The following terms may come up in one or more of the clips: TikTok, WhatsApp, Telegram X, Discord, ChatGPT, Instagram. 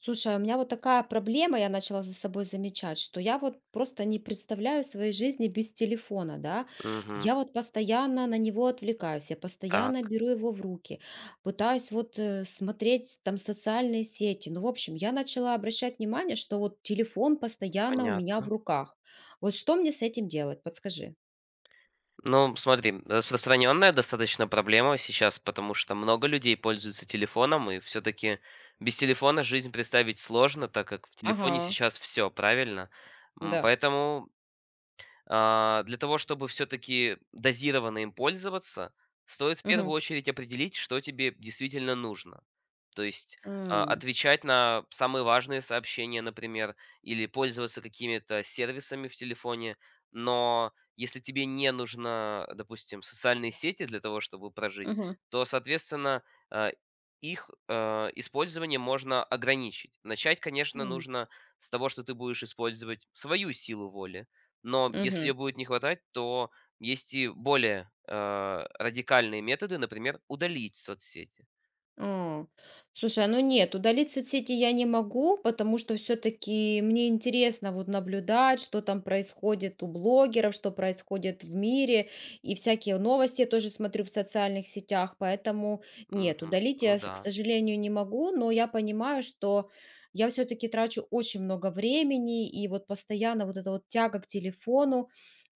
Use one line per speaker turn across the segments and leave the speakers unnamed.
Слушай, а у меня вот такая проблема, я начала за собой замечать, что я вот просто не представляю своей жизни без телефона, да.
Мгм.
Я вот постоянно на него отвлекаюсь, я постоянно
Так,
беру его в руки, пытаюсь вот смотреть там социальные сети. Ну, в общем, я начала обращать внимание, что вот телефон постоянно у меня в
понятно.
руках. Вот что мне с этим делать? Подскажи.
Ну, смотри, распространенная достаточно проблема сейчас, потому что много людей пользуются телефоном, и все-таки без телефона жизнь представить сложно, так как в телефоне
Ага,
сейчас все, правильно?
да.
Поэтому для того, чтобы все-таки дозированно им пользоваться, стоит в первую
Угу.
очередь определить, что тебе действительно нужно. То есть
Угу.
отвечать на самые важные сообщения, например, или пользоваться какими-то сервисами в телефоне. Но если тебе не нужно, допустим, социальные сети для того, чтобы прожить, то, соответственно, а, их использование можно ограничить. Начать, конечно, нужно с того, что ты будешь использовать свою силу воли, но если ее
Угу.
будет не хватать, то есть и более, радикальные методы, например, удалить соцсети.
А, слушай, а, ну нет, удалить соцсети я не могу, потому что все-таки мне интересно вот наблюдать, что там происходит у блогеров, что происходит в мире, и всякие новости я тоже смотрю в социальных сетях, поэтому нет,
Мгм.
удалить
Ну
я,
да,
к сожалению, не могу, но я понимаю, что я все-таки трачу очень много времени, и вот постоянно вот эта вот тяга к телефону,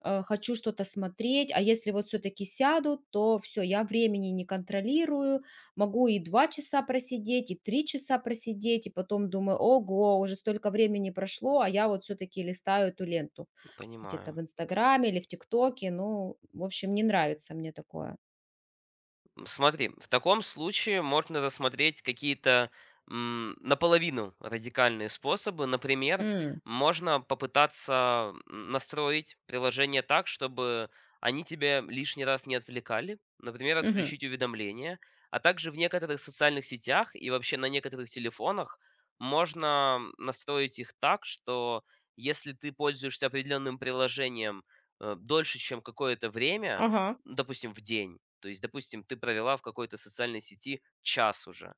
хочу что-то смотреть, а если вот все-таки сяду, то все, я времени не контролирую, могу и 2 часа просидеть, и 3 часа просидеть, и потом думаю: "Ого, уже столько времени прошло, а я вот все таки листаю эту ленту где-то
понимаю.
в "Инстаграме" или в "ТикТоке". Ну, в общем, не нравится мне такое.
Смотри, в таком случае можно рассмотреть какие-то наполовину радикальные способы. Например,
М.
можно попытаться настроить приложение так, чтобы они тебя лишний раз не отвлекали. Например,
Мгм.
отключить уведомления. А также в некоторых социальных сетях и вообще на некоторых телефонах можно настроить их так, что если ты пользуешься определенным приложением дольше, чем какое-то время,
Ага.
ну, допустим, в день, то есть, допустим, ты провела в какой-то социальной сети час уже,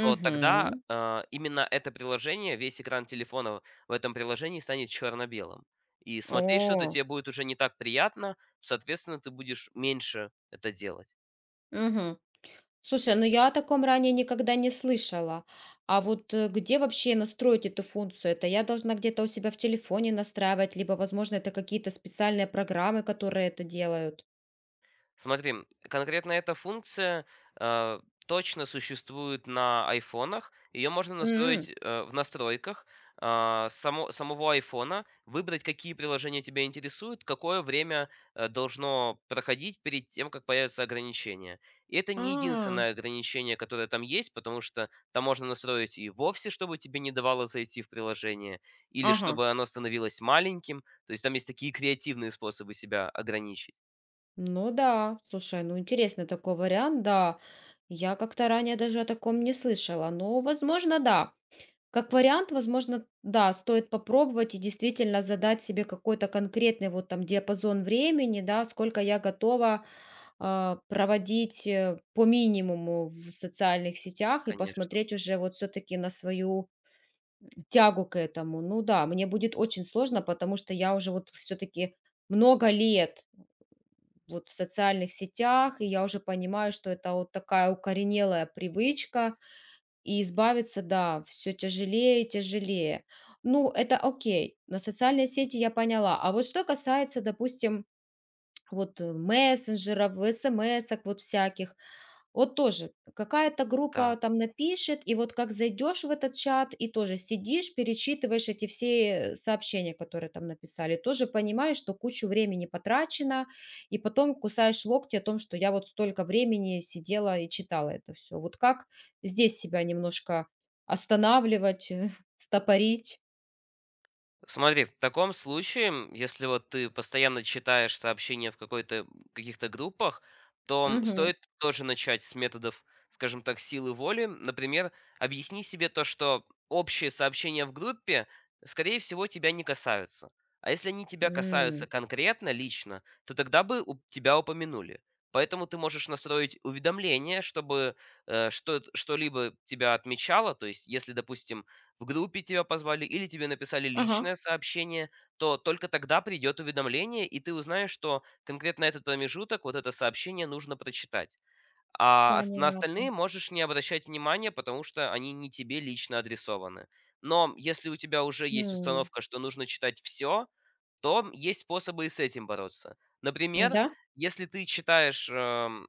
то тогда
Мгм.
именно это приложение, весь экран телефона в этом приложении станет черно-белым. И смотреть что-то
О,
тебе будет уже не так приятно, соответственно, ты будешь меньше это делать.
мгм. Слушай, ну я о таком ранее никогда не слышала. А вот, где вообще настроить эту функцию? Это я должна где-то у себя в телефоне настраивать, либо, возможно, это какие-то специальные программы, которые это делают?
Смотри, конкретно эта функция, э, точно существует на айфонах. Ее можно настроить, в настройках, самого айфона, выбрать, какие приложения тебя интересуют, какое время, должно проходить перед тем, как появятся ограничения. И это не
А,
единственное ограничение, которое там есть, потому что там можно настроить и вовсе, чтобы тебе не давало зайти в приложение, или
ага.
чтобы оно становилось маленьким. То есть там есть такие креативные способы себя ограничить,
Ну да, слушай, ну интересный такой вариант, да. Я как-то ранее даже о таком не слышала, но, возможно, да. Как вариант, возможно, да, стоит попробовать и действительно задать себе какой-то конкретный вот там диапазон времени, да, сколько я готова проводить по минимуму в социальных сетях и
конечно.
посмотреть уже вот все-таки на свою тягу к этому. Ну да, мне будет очень сложно, потому что я уже вот все-таки много лет вот в социальных сетях, и я уже понимаю, что это вот такая укоренелая привычка, и избавиться, да, все тяжелее и тяжелее. Ну, это окей, на социальные сети я поняла. А вот что касается, допустим, вот мессенджеров, смс-ок вот всяких, вот тоже какая-то
Да.
группа там напишет, и вот как зайдешь в этот чат и тоже сидишь, перечитываешь эти все сообщения, которые там написали, тоже понимаешь, что кучу времени потрачено, и потом кусаешь локти о том, что я вот столько времени сидела и читала это все. Вот как здесь себя немножко останавливать, стопорить?
Смотри, в таком случае, если вот ты постоянно читаешь сообщения в какой-то каких-то группах, то
Мгм.
стоит тоже начать с методов, скажем так, силы воли. Например, объясни себе то, что общие сообщения в группе, скорее всего, тебя не касаются. А если они тебя касаются
М.
конкретно, лично, то тогда бы тебя упомянули. Поэтому ты можешь настроить уведомление, чтобы что-либо тебя отмечало. То есть, если, допустим, в группе тебя позвали или тебе написали
Ага,
личное сообщение, то только тогда придет уведомление, и ты узнаешь, что конкретно этот промежуток, вот это сообщение нужно прочитать. На
понятно.
остальные можешь не обращать внимания, потому что они не тебе лично адресованы. Но если у тебя уже есть
М.
установка, что нужно читать все, то есть способы и с этим бороться. Например,
Да?
если ты читаешь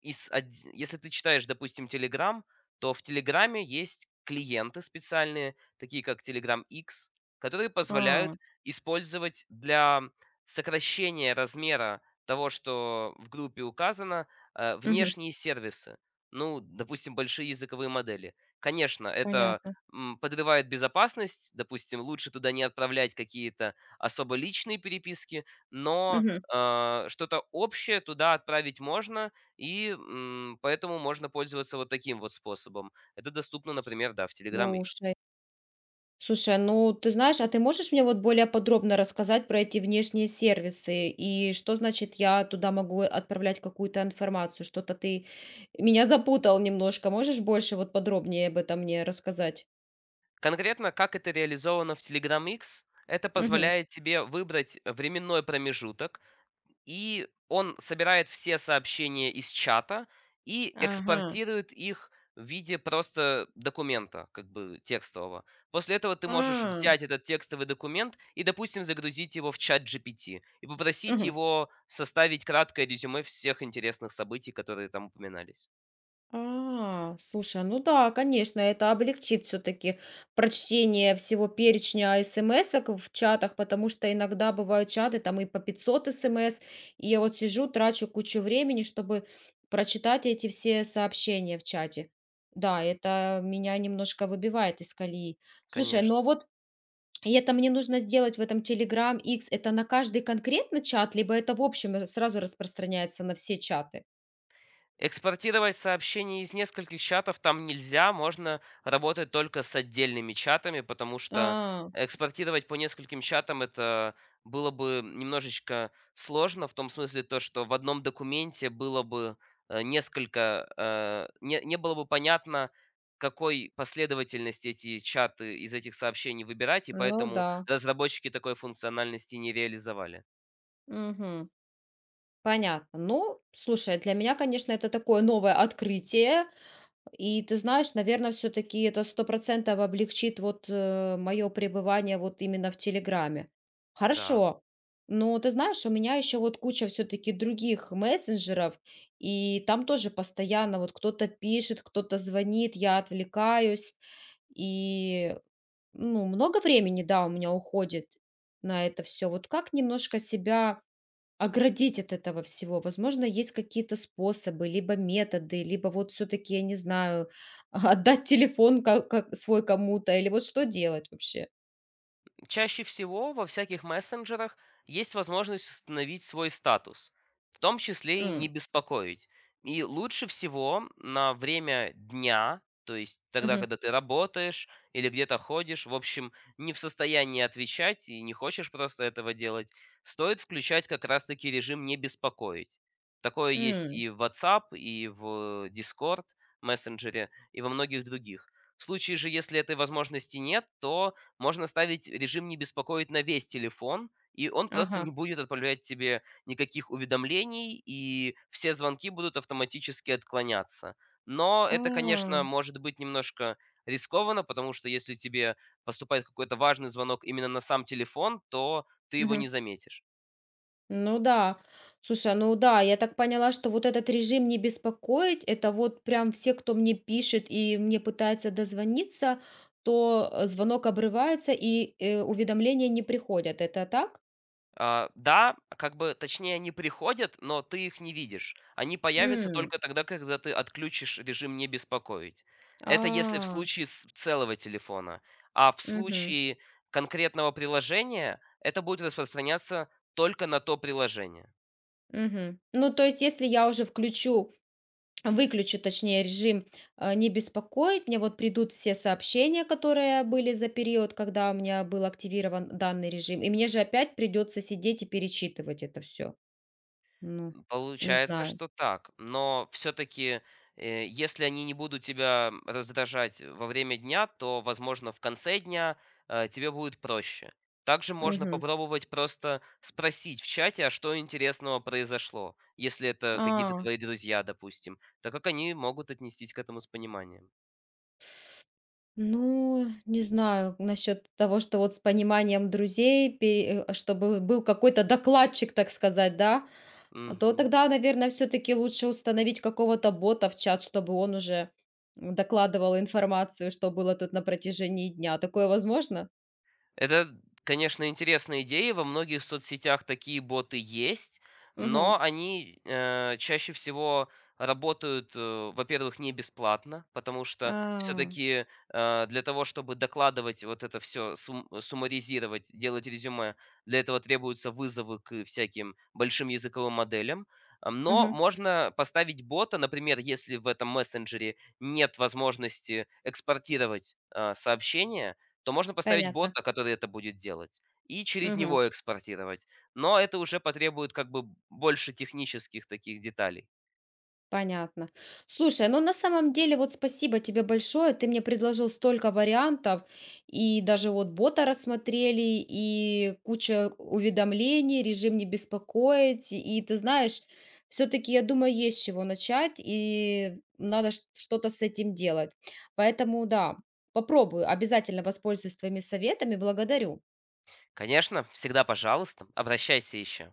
из одь если ты читаешь, допустим, Telegram, то в "Телеграме" есть клиенты специальные, такие как Telegram X, которые
А,
позволяют использовать для сокращения размера того, что в группе указано,
мгм,
внешние сервисы. Ну, допустим, большие языковые модели. Конечно, это,
понятно.
подрывает безопасность. Допустим, лучше туда не отправлять какие-то особо личные переписки, но,
Мгм.
что-то общее туда отправить можно, и, поэтому можно пользоваться вот таким вот способом. Это доступно, например, да, в Telegram X.
Слушай. Слушай, ну ты знаешь, а ты можешь мне вот более подробно рассказать про эти внешние сервисы и что значит я туда могу отправлять какую-то информацию? Что-то ты меня запутал немножко. Можешь больше вот подробнее об этом мне рассказать?
Конкретно, как это реализовано в Telegram X? Это
Угу.
позволяет тебе выбрать временной промежуток. И он собирает все сообщения из чата и
Ага.
экспортирует их в виде просто документа, как бы текстового. После этого ты можешь
А.
взять этот текстовый документ и, допустим, загрузить его в чат GPT и попросить
Мгм.
его составить краткое резюме всех интересных событий, которые там упоминались.
А, слушай, ну да, конечно, это облегчит все-таки прочтение всего перечня смс в чатах, потому что иногда бывают чаты, там и по 500 смс, и я вот сижу, трачу кучу времени, чтобы прочитать эти все сообщения в чате. Да, это меня немножко выбивает из колеи. Слушай,
Конечно.
ну а вот и это мне нужно сделать в этом Telegram X, это на каждый конкретно чат, либо это в общем сразу распространяется на все чаты?
Экспортировать сообщения из нескольких чатов там нельзя, можно работать только с отдельными чатами, потому что
А,
экспортировать по нескольким чатам это было бы немножечко сложно, в том смысле то, что в одном документе было бы несколько, не было бы понятно, какой последовательности эти чаты из этих сообщений выбирать, и
ну
поэтому
да.
разработчики такой функциональности не реализовали.
Мгм. Понятно. Ну, слушай, для меня, конечно, это такое новое открытие. И ты знаешь, наверное, все-таки это сто процентов облегчит вот мое пребывание вот именно в Телеграме.
Да.
Хорошо. Но ты знаешь, у меня еще вот куча все-таки других мессенджеров, и там тоже постоянно вот кто-то пишет, кто-то звонит, я отвлекаюсь, и ну, много времени, да, у меня уходит на это все. Вот как немножко себя оградить от этого всего. Возможно, есть какие-то способы, либо методы, либо вот все-таки, я не знаю, отдать телефон свой кому-то, или вот что делать вообще?
Чаще всего во всяких мессенджерах есть возможность установить свой статус, в том числе и не
М,
беспокоить. И лучше всего на время дня, то есть тогда,
мгм,
когда ты работаешь или где-то ходишь, в общем, не в состоянии отвечать и не хочешь просто этого делать, стоит включать как раз-таки режим «не беспокоить». Такое есть
м,
и в WhatsApp, и в Discord мессенджере, и во многих других. В случае же, если этой возможности нет, то можно ставить режим "не беспокоить" на весь телефон, и он просто не
ага.
будет отправлять тебе никаких уведомлений, и все звонки будут автоматически отклоняться. Но это, конечно,
А,
может быть немножко рискованно, потому что если тебе поступает какой-то важный звонок именно на сам телефон, то ты его
мгм.
не заметишь.
Ну да, слушай, ну да, я так поняла, что вот этот режим не беспокоить, это вот прям все, кто мне пишет и мне пытается дозвониться, то звонок обрывается и уведомления не приходят. Это так?
А, да, как бы, точнее, они приходят, но ты их не видишь. Они появятся
М.
только тогда, когда ты отключишь режим "не беспокоить". Это если в
А.
случае с целого телефона. А в
Мгм,
случае конкретного приложения это будет распространяться только на то приложение.
мгм. Ну, то есть, если я уже включу выключу, точнее, режим, не беспокоить, мне вот придут все сообщения, которые были за период, когда у меня был активирован данный режим, и мне же опять придется сидеть и перечитывать это все. Ну, не
Получается,
знаю.
что так. Но все-таки, если они не будут тебя раздражать во время дня, то, возможно, в конце дня тебе будет проще. Также можно
Мгм.
попробовать просто спросить в чате, а что интересного произошло, если это какие-то
А,
твои друзья, допустим, так как они могут отнестись к этому с пониманием.
ну, не знаю насчет того, что вот с пониманием друзей, чтобы был какой-то докладчик, так сказать, да? А, то
Мгм.
тогда, наверное, все-таки лучше установить какого-то бота в чат, чтобы он уже докладывал информацию, что было тут на протяжении дня. Такое возможно?
Это, конечно, интересная идея. Во многих соцсетях такие боты есть,
Мгм.
но они чаще всего работают, во-первых, не бесплатно, потому что
А,
все-таки для того, чтобы докладывать вот это все, суммаризировать, делать резюме, для этого требуются вызовы к всяким большим языковым моделям. А, но
мгм.
можно поставить бота, например, если в этом мессенджере нет возможности экспортировать сообщения, то можно поставить
Понятно.
бота, который это будет делать, и через
Мгм.
него экспортировать. Но это уже потребует как бы больше технических таких деталей.
Понятно. Слушай, ну на самом деле вот спасибо тебе большое. Ты мне предложил столько вариантов, и даже вот бота рассмотрели, и куча уведомлений, режим не беспокоить. И ты знаешь, все-таки я думаю, есть с чего начать, и надо что-то с этим делать. Поэтому да, попробую, обязательно воспользуюсь твоими советами. Благодарю.
Конечно, всегда пожалуйста, обращайся еще.